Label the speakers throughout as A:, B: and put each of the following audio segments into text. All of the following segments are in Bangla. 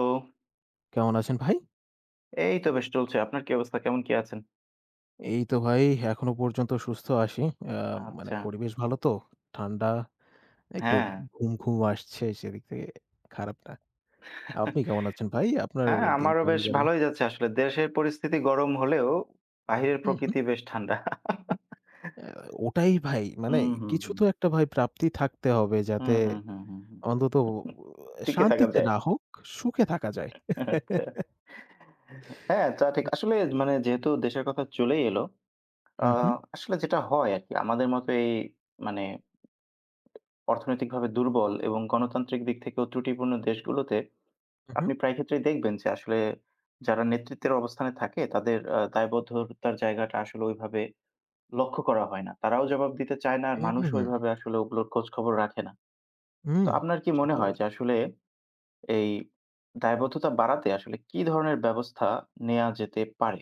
A: তো
B: কেমন আছেন ভাই?
A: এই তো বেশ চলছে। আপনার কি অবস্থা? কেমন কি আছেন?
B: এই তো ভাই, এখনো পর্যন্ত সুস্থ আছি। আ মানে
A: আচ্ছা।
B: পরিবেশ ভালো তো। ঠান্ডা, একটু
A: হ্যাঁ।
B: ঘুম, ঘুম আসছে, সেদিক থেকে খারাপ না। আপনি কেমন আছেন ভাই? আপনার
A: হ্যাঁ,
B: দিন
A: আমারও
B: কেমন
A: বেশ
B: গেল?
A: ভালোই যাচ্ছে আসলে। দেশের পরিস্থিতি গরম হলেও বাহিরের
B: হুম, হুম।
A: প্রকৃতি বেশ ঠান্ডা।
B: আ ওটাই ভাই। মানে
A: হুম, হুম,
B: কিছু
A: হুম।
B: তো একটা ভাই প্রাপ্তি থাকতে হবে যাতে
A: হুম, হুম, হুম, হুম, হুম।
B: অন্তত
A: টিকে থাকা
B: শান্তিতে
A: যায়।
B: না হোক, সুখে থাকা যায়।
A: আচ্ছা। হ্যাঁ, তা ঠিক।
B: না,
A: আসলে মানে যেহেতু দেশের কথা চলেই এলো, আ
B: হুম, হুম,
A: আসলে যেটা হয় আরকি আমাদের মতো এই মানে অর্থনৈতিকভাবে দুর্বল এবং গণতান্ত্রিক দিক থেকেও ত্রুটিপূর্ণ দেশগুলোতে
B: হুম,
A: আপনি প্রায় ক্ষেত্রেই দেখবেন যে আসলে যারা নেতৃত্বের অবস্থানে থাকে তাদের দায়বদ্ধতার জায়গাটা আসলে ওইভাবে লক্ষ্য করা হয় না। তারাও জবাব দিতে চায় না আর
B: হুম, হুম,
A: মানুষও ওইভাবে আসলে ওগুলোর খোঁজখবর রাখে না। তো
B: হুম,
A: আপনার কি
B: সে
A: মনে
B: তো
A: হয় যে
B: অবশ্যই।
A: আসলে এই দায়বদ্ধতা বাড়াতে আসলে কি ধরনের ব্যবস্থা নেয়া যেতে পারে?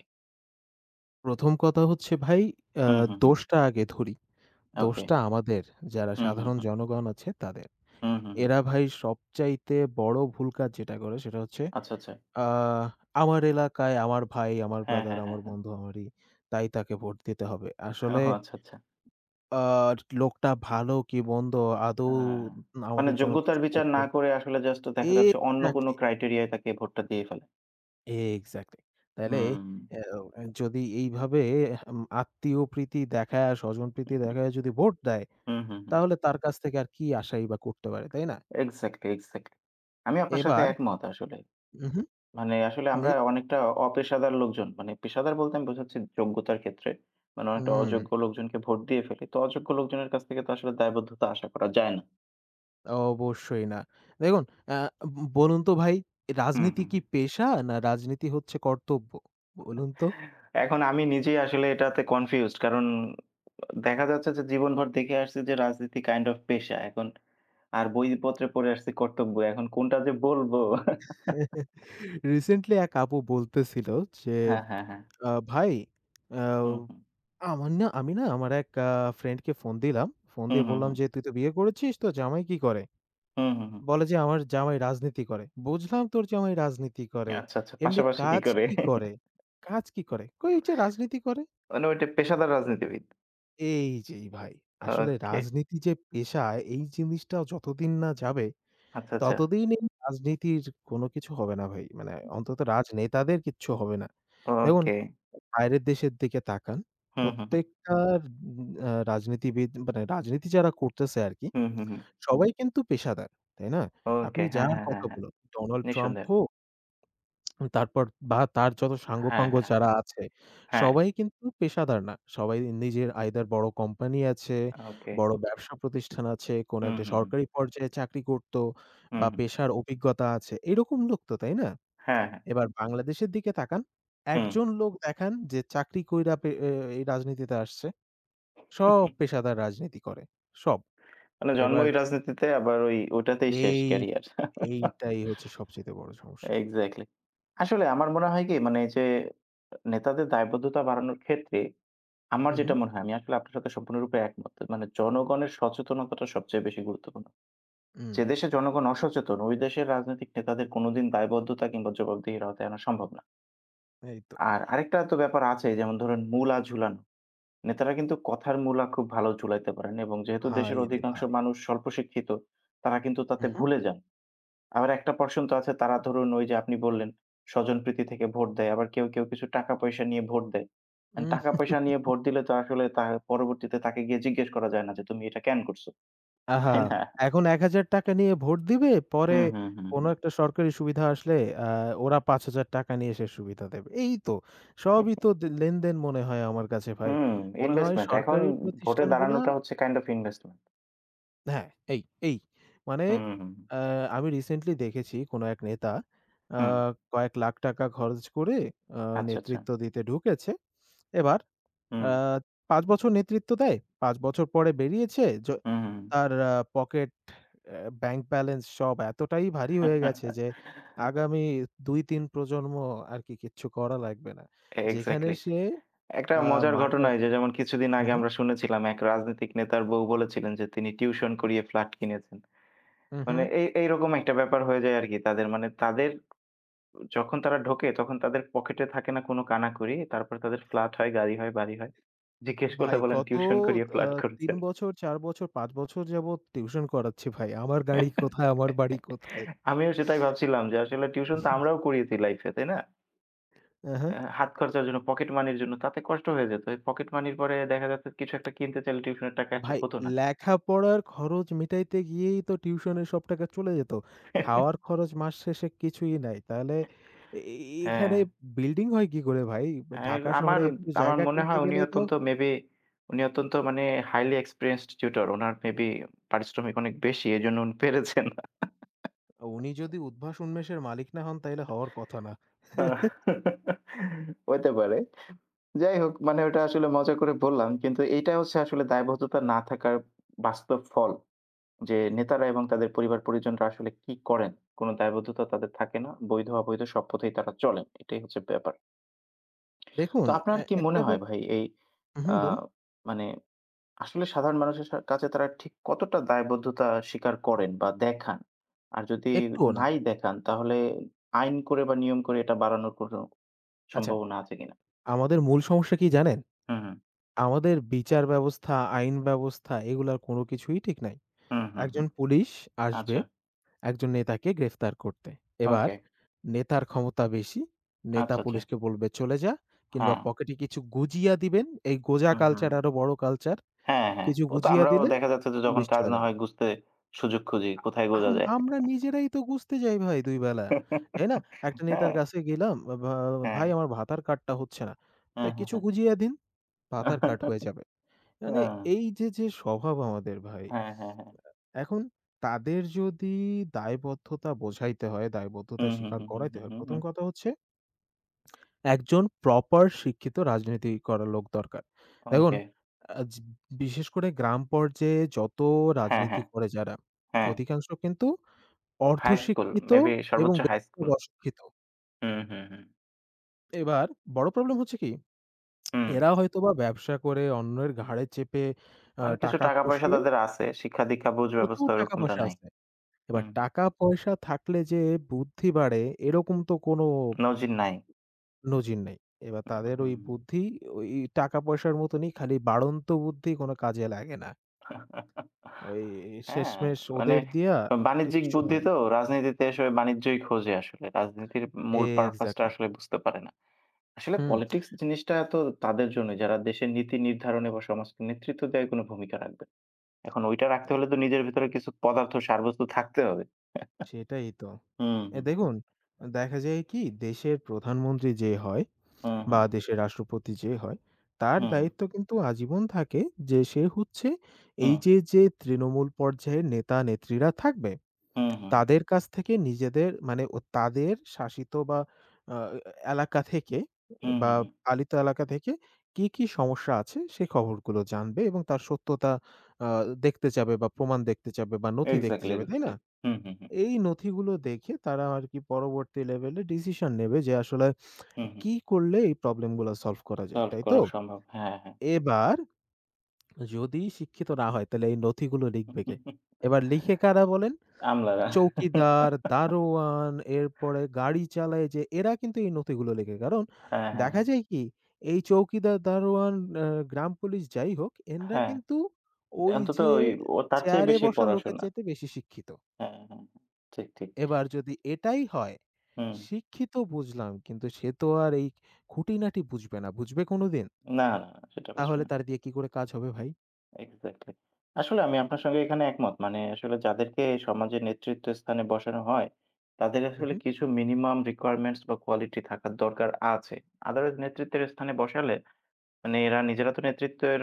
B: ১ম কথা হচ্ছে ভাই, আ
A: হুম, হুম, হুম।
B: দোষটা আগে ধরি।
A: ওকে।
B: দোষটা আমাদের, যারা
A: হুম, হুম,
B: সাধারণ
A: হুম, হুম।
B: জনগণ আছে তাদের।
A: হুম, হুম, হুম।
B: এরা ভাই সবচাইতে বড় ভুল কাজ যেটা করে সেটা হচ্ছে,
A: আচ্ছা, আচ্ছা।
B: আ আমার এলাকায় আমার ভাই, আমার
A: হ্যাঁ,
B: ব্রাদার,
A: হ্যাঁ, হ্যাঁ,
B: আমার
A: হ্যাঁ।
B: বন্ধু আমারই, তাই তাকে ভোট দিতে হবে। আসলে
A: ওহ আচ্ছা, আচ্ছা।
B: আ লোকটা ভালো কি মন্দ, আদৌ
A: হ্যাঁ। মানে
B: আমাদের জন্য
A: যোগ্যতার
B: কিছু
A: বিচার
B: করতে—
A: না করে আসলে জাস্ট দেখা যাচ্ছে অন্য কোনো
B: এক্সাক্টলি,
A: ক্রাইটেরিয়ায় তাকে ভোটটা দিয়ে ফেলে।
B: এক্সাক্টলি। তাইলে
A: হুম।
B: এও যদি এইভাবে আত্মীয়প্রীতি দেখায়া, স্বজনপ্রীতি দেখায়া যদি ভোট দেয়,
A: হুম, হুম, হুম।
B: তাহলে তার কাছ থেকে আর কি আশাই বা করতে পারে, তাই না?
A: Exactly, exactly. আমি আপনার সাথে
B: এবার
A: একমত আসলে।
B: উহু,
A: মানে আসলে
B: নে
A: আমরা অনেকটা অপেশাদার লোকজন। মানে পেশাদার বলতে আমি বোঝাচ্ছি যোগ্যতার ক্ষেত্রে। মানে অনেকটা
B: উম
A: অযোগ্য লোকজনকে ভোট দিয়ে ফেলি। তো অযোগ্য লোকজনের কাছ থেকে তো আসলে দায়বদ্ধতা আশা করা যায় না।
B: অবশ্যই না। দেখুন, আ বলুন তো ভাই,
A: হুম,
B: রাজনীতি
A: হুম,
B: কি
A: হুম।
B: পেশা, না রাজনীতি হচ্ছে কর্তব্য? বলুন তো?
A: এখন আমি নিজেই আসলে এটাতে কনফিউজড। কারণ দেখা যাচ্ছে যে জীবনভর দেখে আসছি যে রাজনীতি কাইন্ড অফ পেশা। এখন আর বইপত্রে পড়ে আসছি কর্তব্য। এখন কোনটা যে বলব
B: রিসেন্টলি এক আপু বলতেছিল যে,
A: হ্যাঁ, হ্যাঁ, হ্যাঁ।
B: "ভাই, আ
A: হুম, হুম।
B: আমার না, আমি না আমার এক ফ্রেন্ডকে ফোন দিলাম। ফোন
A: হুম,
B: দিয়ে
A: হুম,
B: বললাম
A: হুম।
B: যে, 'তুই তো বিয়ে করেছিস, তোর জামাই কি করে?'
A: হুম, হুম, হুম।
B: বলে যে, 'আমার জামাই রাজনীতি করে।' 'বুঝলাম তোর জামাই রাজনীতি করে।
A: আচ্ছা, আচ্ছা।
B: এমনি
A: পাশাপাশি কি
B: কাজ
A: করে?
B: কি করে?' 'কাজ কি করে?' কই যে, 'রাজনীতি করে।'
A: মানে ওইটা পেশাদার রাজনীতিবিদ।
B: এই যেই ভাই। আসলে
A: ওকে।
B: রাজনীতি যে পেশা, এই জিনিসটা যতদিন না যাবে,
A: আচ্ছা, আচ্ছা।
B: ততদিন এই রাজনীতির কোনো কিছু হবে না ভাই। মানে অন্তত রাজনেতাদের কিচ্ছু হবে না। দেখুন,
A: ওকে।
B: বাইরের দেশের দিকে তাকান।
A: হুম, হুম, হুম।
B: প্রত্যেকটা উম আ রাজনীতিবিদ, মানে রাজনীতি যারা করতেছে আরকি,
A: হুম, হুম, হুম।
B: সবাই কিন্তু পেশাদার। তাই না? আপনি
A: ওকে। হ্যাঁ,
B: যার
A: হ্যাঁ, হ্যাঁ,
B: কথা
A: হ্যাঁ।
B: বলুন, ডোনাল্ড ট্রাম্প
A: নিঃসন্দেহে।
B: হোক, তারপর বা তার যত
A: হ্যাঁ,
B: সাঙ্গ-পাঙ্গ
A: হ্যাঁ, হ্যাঁ।
B: যারা আছে,
A: হ্যাঁ।
B: সবাই কিন্তু পেশাদার না। সবাই নিজের আইদার বড় কোম্পানি আছে,
A: ওকে।
B: বড় ব্যবসা প্রতিষ্ঠান আছে, কোনো
A: হুম,
B: একটা
A: হুম, হুম।
B: সরকারি পর্যায়ে চাকরি করত
A: হুম,
B: বা
A: হুম।
B: পেশার অভিজ্ঞতা আছে। এরকম লোক তো, তাই না?
A: হ্যাঁ, হ্যাঁ।
B: এবার বাংলাদেশের দিকে তাকান।
A: হুম।
B: একজন লোক দেখান যে চাকরি কইরা পে এ এই রাজনীতিতে আসছে। সব পেশাদার রাজনীতি করে। সব।
A: মানে
B: এবার
A: জন্মই রাজনীতিতে আবার ওই ওটাতেই শেষ
B: এই,
A: ক্যারিয়ার।
B: এইটাই হচ্ছে সবচাইতে বড় সমস্যা।
A: এক্সাক্টলি। আসলে আমার মনে হয় কি মানে এই যে নেতাদের দায়বদ্ধতা বাড়ানোর ক্ষেত্রে আমার যেটা
B: উহু,
A: মনে হয় আমি আসলে আপনার সাথে সম্পূর্ণরূপে একমত। মানে জনগণের সচেতনতাটা সবচেয়ে বেশি গুরুত্বপূর্ণ।
B: হুম।
A: যে দেশে জনগণ অসচেতন, ওই দেশের রাজনৈতিক নেতাদের কোনোদিন দায়বদ্ধতা কিংবা জবাবদিহির আওতায় আনা সম্ভব না।
B: এই তো।
A: আর আরেকটা তো ব্যাপার আছে যেমন ধরেন মূলা ঝুলানো। নেতারা কিন্তু কথার মূলা খুব ভালো ঝুলাইতে পারেন এবং যেহেতু দেশের
B: ভাই রে
A: অধিকাংশ
B: ভাই!
A: মানুষ স্বল্প শিক্ষিত, তারা কিন্তু তাতে
B: উহু।
A: ভুলে যান। আবার একটা পোরশন তো আছে তারা ধরুন ওই যে আপনি বললেন স্বজনপ্রীতি থেকে ভোট দেয়। আবার কেউ কিছু টাকা-পয়সা নিয়ে ভোট দেয়। এন্ড
B: উম
A: টাকা-পয়সা নিয়ে ভোট দিলে তো আসলে তা পরবর্তীতে তাকে গিয়ে জিজ্ঞেস করা যায় না যে, "তুমি এটা কেন করছো?"
B: আহা!
A: তাই না?
B: এখন ৳১,000 নিয়ে ভোট দিবে, পরে
A: হুম, হুম,
B: কোনো
A: হুম,
B: একটা সরকারি সুবিধা আসলে আ ওরা ৳৫,000 নিয়ে সে সুবিধা দেবে। এই তো, সবই
A: হুম।
B: তো লেনদেন মনে হয় আমার কাছে ভাই।
A: হুম,
B: মনে হয়
A: ইনভেস্টমেন্ট। এখন
B: সরকারি
A: ভোটে
B: প্রতিষ্ঠানগুলা—
A: দাঁড়ানোটা হচ্ছে কাইন্ড অফ ইনভেস্টমেন্ট।
B: হ্যাঁ, এই, এই। মানে
A: হুম, হুম,
B: আ আমি রিসেন্টলি দেখেছি কোনো এক নেতা আ
A: হুম।
B: কয়েক লাখ টাকা খরচ করে আ
A: আচ্ছা, আচ্ছা।
B: নেতৃত্ব দিতে ঢুকেছে। এবার আ
A: হুম,
B: ৫ বছর নেতৃত্ব দেয়। ৫ বছর পরে বেরিয়েছে
A: হুম, হুম।
B: তার পকেট, ব্যাংক ব্যালেন্স সব এতটাই ভারী হয়ে গেছে যে আগামী ২-৩ প্রজন্ম আরকি কিচ্ছু করা লাগবে না। যেখানে
A: এক্সাক্টলি।
B: সে
A: একটা
B: আ
A: মজার
B: মার
A: ঘটনা
B: অ্যা
A: এই যে যেমন কিছুদিন
B: হ্যাঁ,
A: আগে
B: হ্যাঁ,
A: আমরা শুনেছিলাম এক রাজনৈতিক নেতার বউ বলেছিলেন যে তিনি টিউশন করিয়ে ফ্ল্যাট কিনেছেন।
B: হু, হু।
A: মানে এই এইরকম একটা ব্যাপার হয়ে যায় আরকি তাদের। মানে তাদের যখন তারা ঢোকে তখন তাদের পকেটে থাকে না কোনো কানাকড়ি। তারপর তাদের ফ্ল্যাট হয়, গাড়ি হয়, বাড়ি হয়। জিজ্ঞেস করলে
B: ভাই
A: বলেন
B: গত
A: টিউশন করিয়ে
B: আ
A: ফ্ল্যাট
B: ৩
A: করেছেন।
B: বছর, ৪ বছর, ৫ বছর যাবৎ টিউশন করাচ্ছি ভাই। আমার গাড়ি কোথায়? আমার বাড়ি কোথায়?
A: আমিও সেটাই ভাবছিলাম যে আসলে টিউশন তো আমরাও করিয়েছি লাইফে, তাই না?
B: হ্যাঁ।
A: হাত খরচার জন্য, পকেট মানির জন্য। তাতে কষ্ট হয়ে যেত। এই পকেট মানির পরে দেখা যাচ্ছে কিছু একটা কিনতে চাইলে টিউশনের টাকা চ
B: ভাই,
A: হতো না।
B: লেখাপড়ার খরচ মিটাইতে গিয়েই তো টিউশনের সব টাকা চলে যেত। খাওয়ার খরচ মাস শেষে কিছুই নাই। তাহলে এ
A: হ্যাঁ।
B: এখানে বিল্ডিং হয় কি করে ভাই?
A: আর
B: ঢাকা
A: আমার
B: শহরে একটু
A: আমার
B: জায়গা
A: মনে
B: কিনতে
A: হয় উনি
B: গেলেই তো—
A: অত্যন্ত মেবি উনি অত্যন্ত মানে highly experienced tutor. উনার মেবি পারিশ্রমিক অনেক বেশি। এজন্য উনি পেরেছেন।
B: উনি যদি উদ্ভাস উন্মেষের মালিক না হন তাইলে হওয়ার কথা না।
A: আহ হইতে পারে। যাই হোক মানে ওটা আসলে মজা করে বললাম। কিন্তু এইটা হচ্ছে আসলে দায়বদ্ধতা না থাকার বাস্তব ফল। যে
B: হুম,
A: নেতারা এবং তাদের পরিবার পরিজনরা আসলে কি করেন? কোনো দায়বদ্ধতা তাদের থাকে না। বৈধ অবৈধ সব পথেই তারা চলেন। এটাই হচ্ছে ব্যাপার। তো
B: দেখুন,
A: আপনার কি মনে
B: একটা
A: হয়
B: ব্যাপার—
A: ভাই এই আ
B: হুম, বলুন।
A: মানে আসলে সাধারণ মানুষের কাছে তারা ঠিক কতটা দায়বদ্ধতা স্বীকার করেন বা দেখান? আর যদি
B: একটুও না।
A: নাই দেখান তাহলে আইন করে বা নিয়ম করে এটা বাড়ানোর কোনো
B: আচ্ছা,
A: সম্ভাবনা আছে কিনা?
B: আমাদের মূল সমস্যা কি জানেন?
A: হুম, হুম।
B: আমাদের বিচার ব্যবস্থা, আইন ব্যবস্থা, এগুলার কোনো কিছুই ঠিক নাই।
A: হুম, হুম,
B: একজন
A: হুম।
B: পুলিশ আসবে
A: আচ্ছা।
B: একজন নেতাকে গ্রেফতার করতে। এবার
A: ওকে।
B: নেতার ক্ষমতা বেশি। নেতা
A: আচ্ছা, আচ্ছা।
B: পুলিশকে বলবে, "চলে যা", কিংবা
A: হ্যাঁ।
B: পকেটে কিছু গুজিয়া দিবেন। এই গোঁজা
A: হুম, হুম।
B: কালচার আরো বড় কালচার।
A: হ্যাঁ, হ্যাঁ।
B: কিছু
A: ও তো
B: গুজিয়া
A: আমরাও
B: দিলে
A: দেখা যাচ্ছে যে যখন
B: পুলিশ
A: কাজ
B: চলে
A: না
B: যাবে।
A: হয় গুছতে সুযোগ খুঁজি, কোথায় গোজা যায়।
B: আমরা নিজেরাই তো গুজতে যাই ভাই ২ বেলা। তাই না? একটা
A: হ্যাঁ,
B: নেতার কাছে গেলাম, "ভা ভা
A: হ্যাঁ,
B: ভাই আমার ভাতার কার্ডটা হচ্ছে না।" "তা
A: হ্যাঁ, হ্যাঁ,
B: কিছু
A: হ্যাঁ।
B: গুজিয়া দিন, ভাতার কার্ড হয়ে যাবে।" মানে এই যে, যে স্বভাব আমাদের ভাই—
A: হ্যাঁ, হ্যাঁ, হ্যাঁ, হ্যাঁ।
B: এখন তাদের যদি দায়বদ্ধতা বোঝাইতে হয়, দায়বদ্ধতা
A: হুম, হুম,
B: স্বীকার
A: হুম, হুম,
B: করাইতে
A: হুম,
B: হয়,
A: হুম,
B: ১ম
A: হুম।
B: কথা হচ্ছে একজন প্রপার শিক্ষিত রাজনীতি করা লোক দরকার। দেখুন,
A: ওকে।
B: আ জি বিশেষ করে গ্রাম পর্যায়ে যত
A: হ্যাঁ,
B: রাজনীতি
A: হ্যাঁ,
B: করে যারা,
A: হ্যাঁ।
B: অধিকাংশ কিন্তু
A: হাই স্কুল,
B: অর্ধশিক্ষিত
A: মেবি
B: এবং
A: সর্বোচ্চ হাই
B: বেশিরভাগ
A: স্কুল।
B: অশিক্ষিত।
A: হুম, হুম, হুম,
B: এবার বড় প্রবলেম হচ্ছে কি?
A: হুম।
B: এরা হয়তোবা ব্যবসা করে অন্যের ঘাড়ে চেপে
A: মানে কিছু
B: টাকা
A: টাকা-পয়সা
B: খসিয়ে
A: তাদের আছে। শিক্ষা-দীক্ষা বুঝ
B: প্রচুর
A: ব্যবস্থা ওরকমটা
B: টাকা-পয়সা
A: নাই।
B: আছে। এবার
A: হুম,
B: টাকা-পয়সা থাকলে যে বুদ্ধি বাড়ে, এরকম তো কোনো
A: নজির নাই।
B: নজির নেই। এবার
A: হুম,
B: তাদের ওই
A: হুম।
B: বুদ্ধি, ওই টাকা-পয়সার মতনই খালি বাড়ন্ত বুদ্ধি কোনো কাজে লাগে না। ওই
A: হ্যাঁ,
B: শেষমেষ
A: মানে
B: ওদের দিয়া
A: বাণিজ্যিক
B: কিচ্ছু
A: বুদ্ধি
B: হয় না।
A: তো রাজনীতিতে আসলে বাণিজ্যই খোঁজে আসলে। রাজনীতির মূল purpose টা
B: এক্সাক্টলি।
A: আসলে বুঝতে পারে না। আসলে
B: হুম,
A: পলিটিক্স জিনিসটা তো তাদের জন্যই যারা দেশের নীতি নির্ধারণে বা সমাজকে নেতৃত্ব দেওয়ায় কোনো ভূমিকা রাখবে। এখন ওইটা রাখতে
B: এ
A: হলে তো নিজের ভিতরে কিছু পদার্থ সারবস্তু থাকতে হবে।
B: সেটাই তো।
A: হুম, হুম,
B: দেখুন, দেখা যায় কি, দেশের প্রধানমন্ত্রী যে হয়
A: হুম, হুম,
B: বা
A: হুম,
B: দেশের রাষ্ট্রপতি যে হয়, তার
A: হুম,
B: দায়িত্ব কিন্তু আজীবন থাকে যে সে হচ্ছে— এই
A: হুম,
B: যে, যে তৃণমূল পর্যায়ের নেতা-নেত্রীরা থাকবে,
A: হুম, হুম,
B: তাদের কাছ থেকে নিজেদের, মানে ও তাদের শাসিত বা আ এলাকা থেকে
A: হুম,
B: বা
A: হুম, হুম।
B: পালিত এলাকা থেকে কি, কি সমস্যা আছে সে খবরগুলো জানবে এবং তার সত্যতা আ দেখতে চাবে বা প্রমাণ দেখতে চাবে বা নথি দেখতে
A: এক্সাক্টলি,
B: চাবে, তাই
A: এক্সাক্টলি।
B: না?
A: হুম, হুম, হুম,
B: এই নথিগুলো দেখে তারা আরকি পরবর্তী লেভেলে ডিসিশন নেবে যে আসলে
A: হুম, হুম।
B: কি করলে এই প্রবলেম গুলা সলভ করা যায়,
A: সলভ
B: তাই তো?
A: করা সম্ভব। হ্যাঁ, হ্যাঁ।
B: এবার যদি শিক্ষিত না হয় তাহলে এই নথিগুলো লিখবে কে? এবার লিখে কারা বলেন?
A: আমলারা।
B: চৌকিদার, দারোয়ান, এরপরে গাড়ি চালায় যে, এরা কিন্তু এই নথিগুলো লেখে। কারণ
A: হ্যাঁ, হ্যাঁ, হ্যাঁ।
B: দেখা যায় কি, এই চৌকিদার, দারোয়ান, আ গ্রাম পুলিশ যাই হোক, এনরা
A: হ্যাঁ,
B: কিন্তু ওই
A: অন্তত
B: যে
A: ওই ও তার চেয়ে
B: চেয়ারে
A: বেশি
B: বসা লোকের
A: পড়াশোনা।
B: চাইতে বেশি শিক্ষিত।
A: হ্যাঁ, হ্যাঁ, হ্যাঁ। ঠিক, ঠিক।
B: এবার যদি এটাই হয়,
A: হুম।
B: শিক্ষিত বুঝলাম, কিন্তু সে তো আর এই খুঁটিনাটি বুঝবে না। বুঝবে কোনদিন?
A: না, না, না, সেটা বুঝবে
B: তাহলে
A: না।
B: তার দিয়ে কি করে কাজ হবে ভাই?
A: এক্সাক্টলি। আসলে আমি আপনার সঙ্গে এখানে একমত। মানে আসলে যাদেরকে সমাজে নেতৃত্ব স্থানে বসানো হয়, তাদের
B: হু,
A: আসলে
B: হু।
A: কিছু মিনিমাম রিকোয়ারমেন্টস বা কোয়ালিটি থাকার দরকার আছে। আদারওয়াইজ নেতৃত্বের স্থানে বসালে মানে এরা নিজেরা তো নেতৃত্বের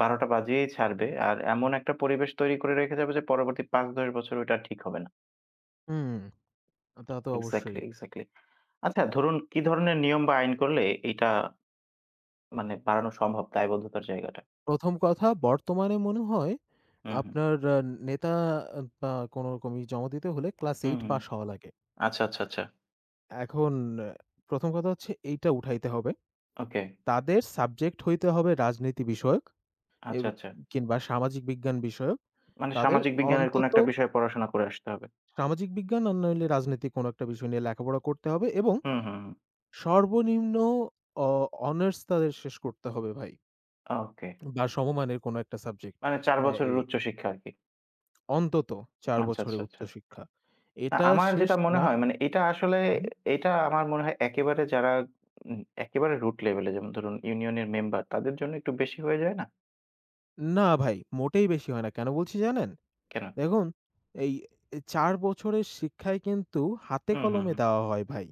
A: ১২ টা বাজিয়েই ছাড়বে। আর এমন একটা পরিবেশ তৈরি করে রেখে যাবে যে পরবর্তী ৫-১০ বছর ওইটা ঠিক হবে না।
B: হুম, তা তো অবশ্যই।
A: Exactly, exactly. আচ্ছা ধরুন কি ধরনের নিয়ম বা আইন করলে এইটা মানে বাড়ানো সম্ভব দায়বদ্ধতার জায়গাটা?
B: ১ম কথা, বর্তমানে মনে হয়
A: হুম, হুম।
B: আপনার নেতা বা কোনরকমই জমা দিতে হলে ক্লাস
A: হুম,
B: ৮
A: হুম।
B: পাস হওয়া লাগে।
A: আচ্ছা, আচ্ছা, আচ্ছা।
B: এখন ১ম কথা হচ্ছে এইটা উঠাইতে হবে।
A: ওকে।
B: তাদের সাবজেক্ট হইতে হবে রাজনীতি বিষয়ক এব
A: আচ্ছা, আচ্ছা।
B: কিংবা সামাজিক বিজ্ঞান বিষয়ক।
A: মানে
B: তাদের
A: সামাজিক বিজ্ঞানের কোনো
B: অন্তত
A: একটা বিষয়ে পড়াশোনা করে আসতে হবে।
B: সামাজিক বিজ্ঞান আর নইলে রাজনীতি কোন একটা বিষয় নিয়ে লেখাপড়া করতে হবে এবং
A: হুম, হুম, হুম।
B: সর্বনিম্ন অ অনার্স তাদের শেষ করতে হবে ভাই,
A: ওকে।
B: বা সমমানের কোন একটা সাবজেক্ট
A: মানে ৪
B: বা
A: বছরের
B: এই
A: উচ্চশিক্ষা আরকি।
B: অন্তত ৪
A: আচ্ছা, আচ্ছা,
B: বছরের
A: আচ্ছা।
B: উচ্চশিক্ষা।
A: না
B: এটা
A: আমার
B: শেষ
A: যেটা মনে
B: না—
A: হয় মানে এটা আসলে
B: হুম,
A: এটা আমার মনে হয় একেবারে যারা একেবারে রুট লেভেলে যেমন ধরুন ইউনিয়নের মেম্বার তাদের জন্য একটু বেশি হয়ে যায় না?
B: না ভাই, মোটেই বেশি হয় না। কেন বলছি জানেন?
A: কেন?
B: দেখুন, এই এ ৪ বছরের শিক্ষাই কিন্তু হাতে
A: হুম, হুম,
B: কলমে
A: হুম।
B: দেওয়া হয় ভাই।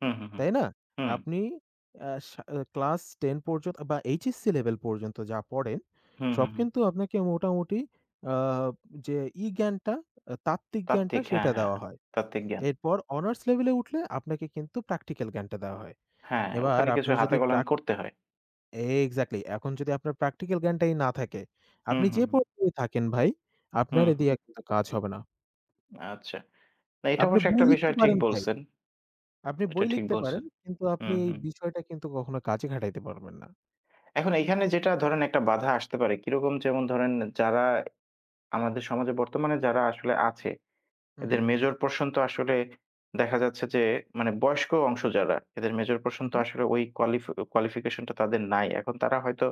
A: হুম, হুম, হুম।
B: তাই না?
A: হুম।
B: আপনি ক্লাস ১০ পর্যন্ত বা HSC লেভেল পর্যন্ত যা পড়েন,
A: হুম,
B: সব
A: হুম, হুম।
B: কিন্তু আপনাকে মোটামুটি আ যে ই-জ্ঞানটা, তাত্ত্বিক জ্ঞানটা
A: তাত্ত্বিক, হ্যাঁ,
B: সেটা
A: হ্যাঁ,
B: দেওয়া
A: হ্যাঁ।
B: হয়।
A: তাত্ত্বিক জ্ঞান।
B: এরপর অনার্স লেভেলে উঠলে আপনাকে কিন্তু প্র্যাকটিক্যাল জ্ঞানটা দেওয়া হয়।
A: হ্যাঁ, হ্যাঁ,
B: এবার
A: ওখানে কিছু
B: আপনার
A: হাতে
B: যদি
A: কলমে করতে হয়।
B: এক্সাক্টলি। এখন যদি আপনার প্র্যাকটিক্যাল জ্ঞানটাই না থাকে,
A: হুম,
B: আপনি
A: হুম,
B: যে
A: হুম।
B: পর্যায়ে থাকেন ভাই, আপনার
A: হুম,
B: এ
A: হুম।
B: দিয়ে কিন্তু কাজ হবে না।
A: আচ্ছা। না এটা
B: আপনি
A: অবশ্য
B: বই
A: একটা
B: লিখতে
A: বিষয় ঠিক
B: পারেন ভাই,
A: বলছেন।
B: আপনি
A: এটা
B: বই
A: ঠিক
B: লিখতে
A: বলছেন।
B: পারেন, কিন্তু আপনি
A: হুম,
B: এই
A: হুম।
B: বিষয়টা কিন্তু কখনো কাজে খাটাইতে পারবেন না।
A: এখন এইখানে যেটা ধরেন একটা বাধা আসতে পারে কিরকম? যেমন ধরেন যারা আমাদের সমাজে বর্তমানে যারা আসলে আছে, এদের
B: উহু,
A: মেজর পোরশন তো আসলে দেখা যাচ্ছে যে মানে বয়স্ক অংশ যারা, এদের মেজর পোরশন তো
B: উহু।
A: আসলে ওই কোয়ালিফি কোয়ালিফিকেশন টা তাদের নাই। এখন তারা হয়তো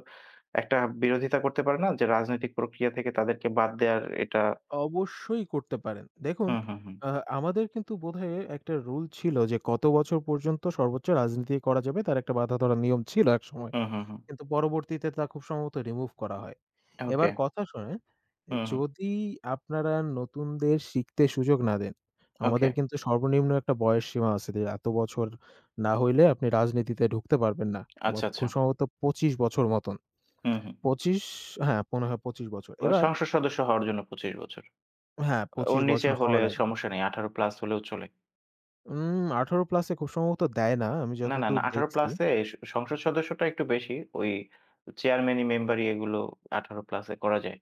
A: একটা বিরোধিতা করতে পারে না যে রাজনৈতিক প্রক্রিয়া থেকে তাদেরকে বাদ দেয়ার এটা
B: অবশ্যই করতে পারেন। দেখুন,
A: হুম, হুম, হুম।
B: আ আমাদের কিন্তু বোধহয় একটা রুল ছিল যে কত বছর পর্যন্ত সর্বোচ্চ রাজনীতি করা যাবে, তার একটা বাঁধা ধরা নিয়ম ছিল একসময়।
A: হুম, হুম, হুম।
B: কিন্তু পরবর্তীতে তা খুব সম্ভবত রিমুভ করা হয়।
A: ওকে।
B: এবার কথা শোনেন,
A: হুম, হুম।
B: যদি আপনারা নতুনদের শিখতে সুযোগ না দেন—
A: ওকে।
B: আমাদের কিন্তু সর্বনিম্ন একটা বয়স সীমা আছে যে এত বছর না হইলে আপনি রাজনীতিতে ঢুকতে পারবেন না। বা
A: আচ্ছা, আচ্ছা।
B: খুব সম্ভবত ২৫ বছর মতন।
A: হুম, হুম।
B: ২৫, হ্যাঁ, মনে হয় ২৫ বছর। এবার
A: সংসদ সদস্য হওয়ার জন্য ২৫ বছর।
B: হ্যাঁ,
A: ওর
B: ২৫
A: নিচে
B: বছর
A: হলে
B: হওয়া লাগে।
A: সমস্যা নেই। 18 প্লাস হলেও চলে।
B: ১৮ প্লাস এ খুব সম্ভবত দেয় না, আমি
A: না, না, না,
B: যতদূর
A: 18
B: দেখছি।
A: প্লাস এ সংসদ সদস্যটা একটু বেশি। ওই চেয়ারম্যানি, মেম্বারি এগুলো 18 প্লাস এ করা যায়।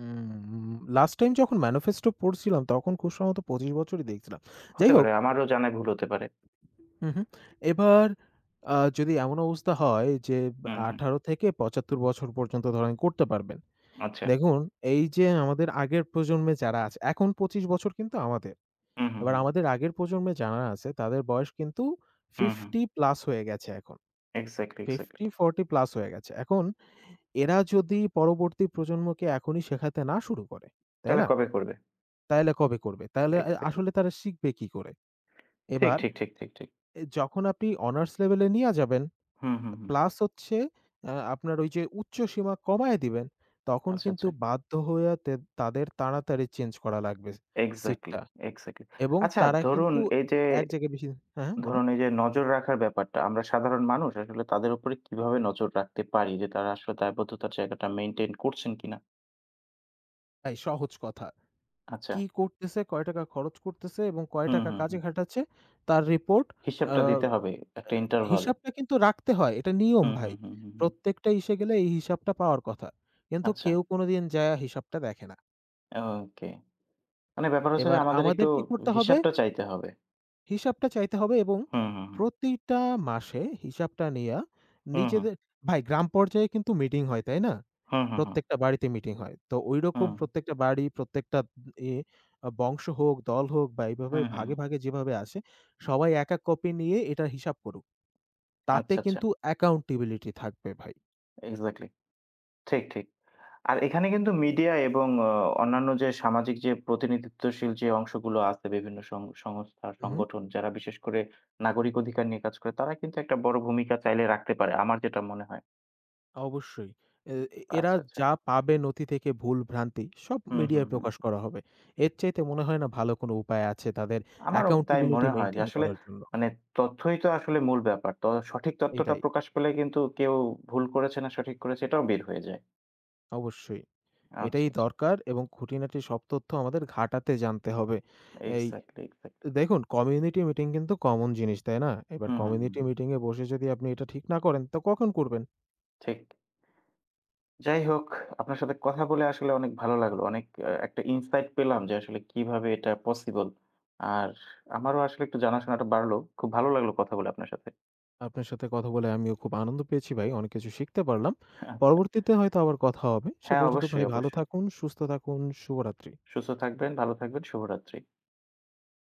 B: উম লাস্ট টাইম যখন ম্যানিফেস্টো পড়ছিলাম, তখন খুব সম্ভবত ২৫ বছরই দেখছিলাম।
A: হতে
B: যাই
A: পারে
B: হোক,
A: আমারও জানায় ভুল হতে পারে।
B: হুম, হুম। এবার যদি এমন অবস্থা হয় যে
A: হুম, হুম।
B: ১৮ থেকে ৭৫ বছর পর্যন্ত ধরেন করতে পারবেন।
A: আচ্ছা।
B: দেখুন, এই যে আমাদের আগের প্রজন্মে যারা আছে, এখন ২৫ বছর কিন্তু আমাদের।
A: হুম, হুম,
B: এবার
A: হুম।
B: আমাদের আগের প্রজন্মে যারা আছে তাদের বয়স কিন্তু
A: হুম, হুম।
B: ৫০ প্লাস হয়ে গেছে এখন।
A: Exactly, exactly.
B: ৫০-৪০ প্লাস হয়ে গেছে। এখন এরা যদি পরবর্তী প্রজন্মকে এখনই শেখাতে না শুরু করে, তাই
A: তাহলে
B: না?
A: কবে করবে?
B: তাইলে কবে করবে? তাহলে
A: এক্সাক্টলি।
B: আসলে তারা শিখবে কি করে?
A: ঠিক,
B: এবার
A: ঠিক, ঠিক, ঠিক, ঠিক।
B: যখন আপনি অনার্স লেভেলে নিয়া যাবেন,
A: হুম, হুম, হুম।
B: প্লাস হচ্ছে আপনার ওই যে উচ্চ সীমা কমায় দিবেন, তখন
A: আচ্ছা,
B: কিন্তু
A: আচ্ছা।
B: বাধ্য হয়ে তাদের তাড়াতাড়ি চেঞ্জ করা লাগবে
A: এক্সাক্টলি,
B: সিটটা।
A: এক্সাক্টলি।
B: এবং
A: আচ্ছা
B: তারা
A: ধরুন
B: কিন্তু
A: এই যে
B: এক জায়গায় বেশি— হ্যাঁ, হ্যাঁ, বলুন।
A: নজর রাখার ব্যাপারটা, আমরা সাধারণ মানুষ আসলে তাদের উপরে কিভাবে নজর রাখতে পারি যে তারা আসলে দায়বদ্ধতার জায়গাটা মেইনটেইন করছেন কিনা?
B: এই সহজ কথা।
A: আচ্ছা।
B: কি করতেছে, কয় টাকা খরচ করতেছে এবং কয়
A: হুম,
B: টাকা
A: হুম,
B: কাজে
A: হুম।
B: খাটাচ্ছে, তার রিপোর্ট— আ
A: হিসাবটা দিতে হবে একটা ইন্টারভালে।
B: হিসাবটা কিন্তু রাখতে হয়। এটা নিয়ম
A: হুম,
B: ভাই।
A: হুম, হুম, হুম, হুম।
B: প্রত্যেকটা ইসে গেলে এই হিসাবটা পাওয়ার কথা। কিন্তু
A: আচ্ছা,
B: কেউ কোনদিন যায়া হিসাবটা দেখে না।
A: ওকে। মানে ব্যাপার হচ্ছে যে
B: এবার
A: আমাদের একটু
B: আমাদের কি করতে হবে?
A: হিসাবটা চাইতে হবে।
B: হিসাবটা চাইতে হবে এবং
A: হুম, হুম, হুম।
B: প্রতিটা মাসে হিসাবটা নেয়া
A: হুম, হুম।
B: নিজেদের— ভাই, গ্রাম পর্যায়ে কিন্তু মিটিং হয়, তাই না?
A: হুম, হুম, হুম।
B: প্রত্যেকটা বাড়িতে মিটিং হয়। তো ঐরকম
A: হুম,
B: প্রত্যেকটা বাড়ি, প্রত্যেকটা এ বংশ হোক, দল হোক, বা এইভাবে
A: হুম, হুম, হুম।
B: ভাগে, ভাগে যেভাবে আসে, সবাই এক, এক কপি নিয়ে এটার হিসাব করুক। তাতে
A: আচ্ছা, আচ্ছা।
B: কিন্তু অ্যাকাউন্টেবিলিটি থাকবে ভাই।
A: এক্সাক্টলি। ঠিক, ঠিক। আর এখানে কিন্তু মিডিয়া এবং অন্যান্য যে সামাজিক যে প্রতিনিধিত্বশীল যে অংশগুলো আছে বিভিন্ন সংস্থা,
B: হু।
A: সংগঠন যারা বিশেষ করে নাগরিক অধিকার নিয়ে কাজ করে, তারা কিন্তু একটা বড় ভূমিকা চাইলে রাখতে পারে। আমার যেটা মনে হয়।
B: অবশ্যই। এ এ- এরা
A: আচ্ছা, আচ্ছা।
B: যা পাবে নথি থেকে, ভুল-ভ্রান্তি সব
A: হুম, হুম,
B: মিডিয়ায়
A: হুম।
B: প্রকাশ করা হবে। এর চাইতে মনে হয় না ভালো কোনো উপায় আছে তাদের
A: আমারও তাই
B: accountability
A: মনে হয় যে
B: maintain
A: আসলে
B: করার জন্য।
A: মানে তথ্যই তো আসলে মূল ব্যাপার। তো সঠিক তথ্যটা
B: এটাই,
A: প্রকাশ পেলে কিন্তু কেউ ভুল করেছে না সঠিক করেছে এটাও বের হয়ে যায়।
B: অবশ্যই।
A: আচ্ছা,
B: এটাই
A: আচ্ছা।
B: দরকার এবং খুঁটিনাটি সব তথ্য আমাদের ঘাটাতে জানতে হবে। এই
A: এক্সাক্টলি, এক্সাক্টলি।
B: দেখুন, community meeting কিন্তু common জিনিস, তাই না? এবার
A: হুম, হুম, হুম,
B: community
A: হুম।
B: meeting এ বসে যদি আপনি এটা ঠিক না করেন, তো কখন করবেন?
A: ঠিক। যাই হোক, আপনার সাথে কথা বলে আসলে অনেক ভালো লাগলো। অনেক একটা ইনসাইট পেলাম যে আসলে কিভাবে এটা পসিবল। আর আমারও আসলে একটু জানাশোনাটা বাড়লো। খুব ভালো লাগলো কথা বলে আপনার সাথে।
B: আপনার সাথে কথা বলে আমিও খুব আনন্দ পেয়েছি ভাই। অনেক কিছু শিখতে পারলাম।
A: আচ্ছা।
B: পরবর্তীতে হয়তো আবার কথা হবে। সে
A: হ্যাঁ,
B: পর্যন্ত
A: অবশ্যই,
B: ভাই ভালো
A: অবশ্যই।
B: থাকুন, সুস্থ থাকুন। শুভরাত্রি।
A: সুস্থ থাকবেন, ভালো থাকবেন। শুভরাত্রি।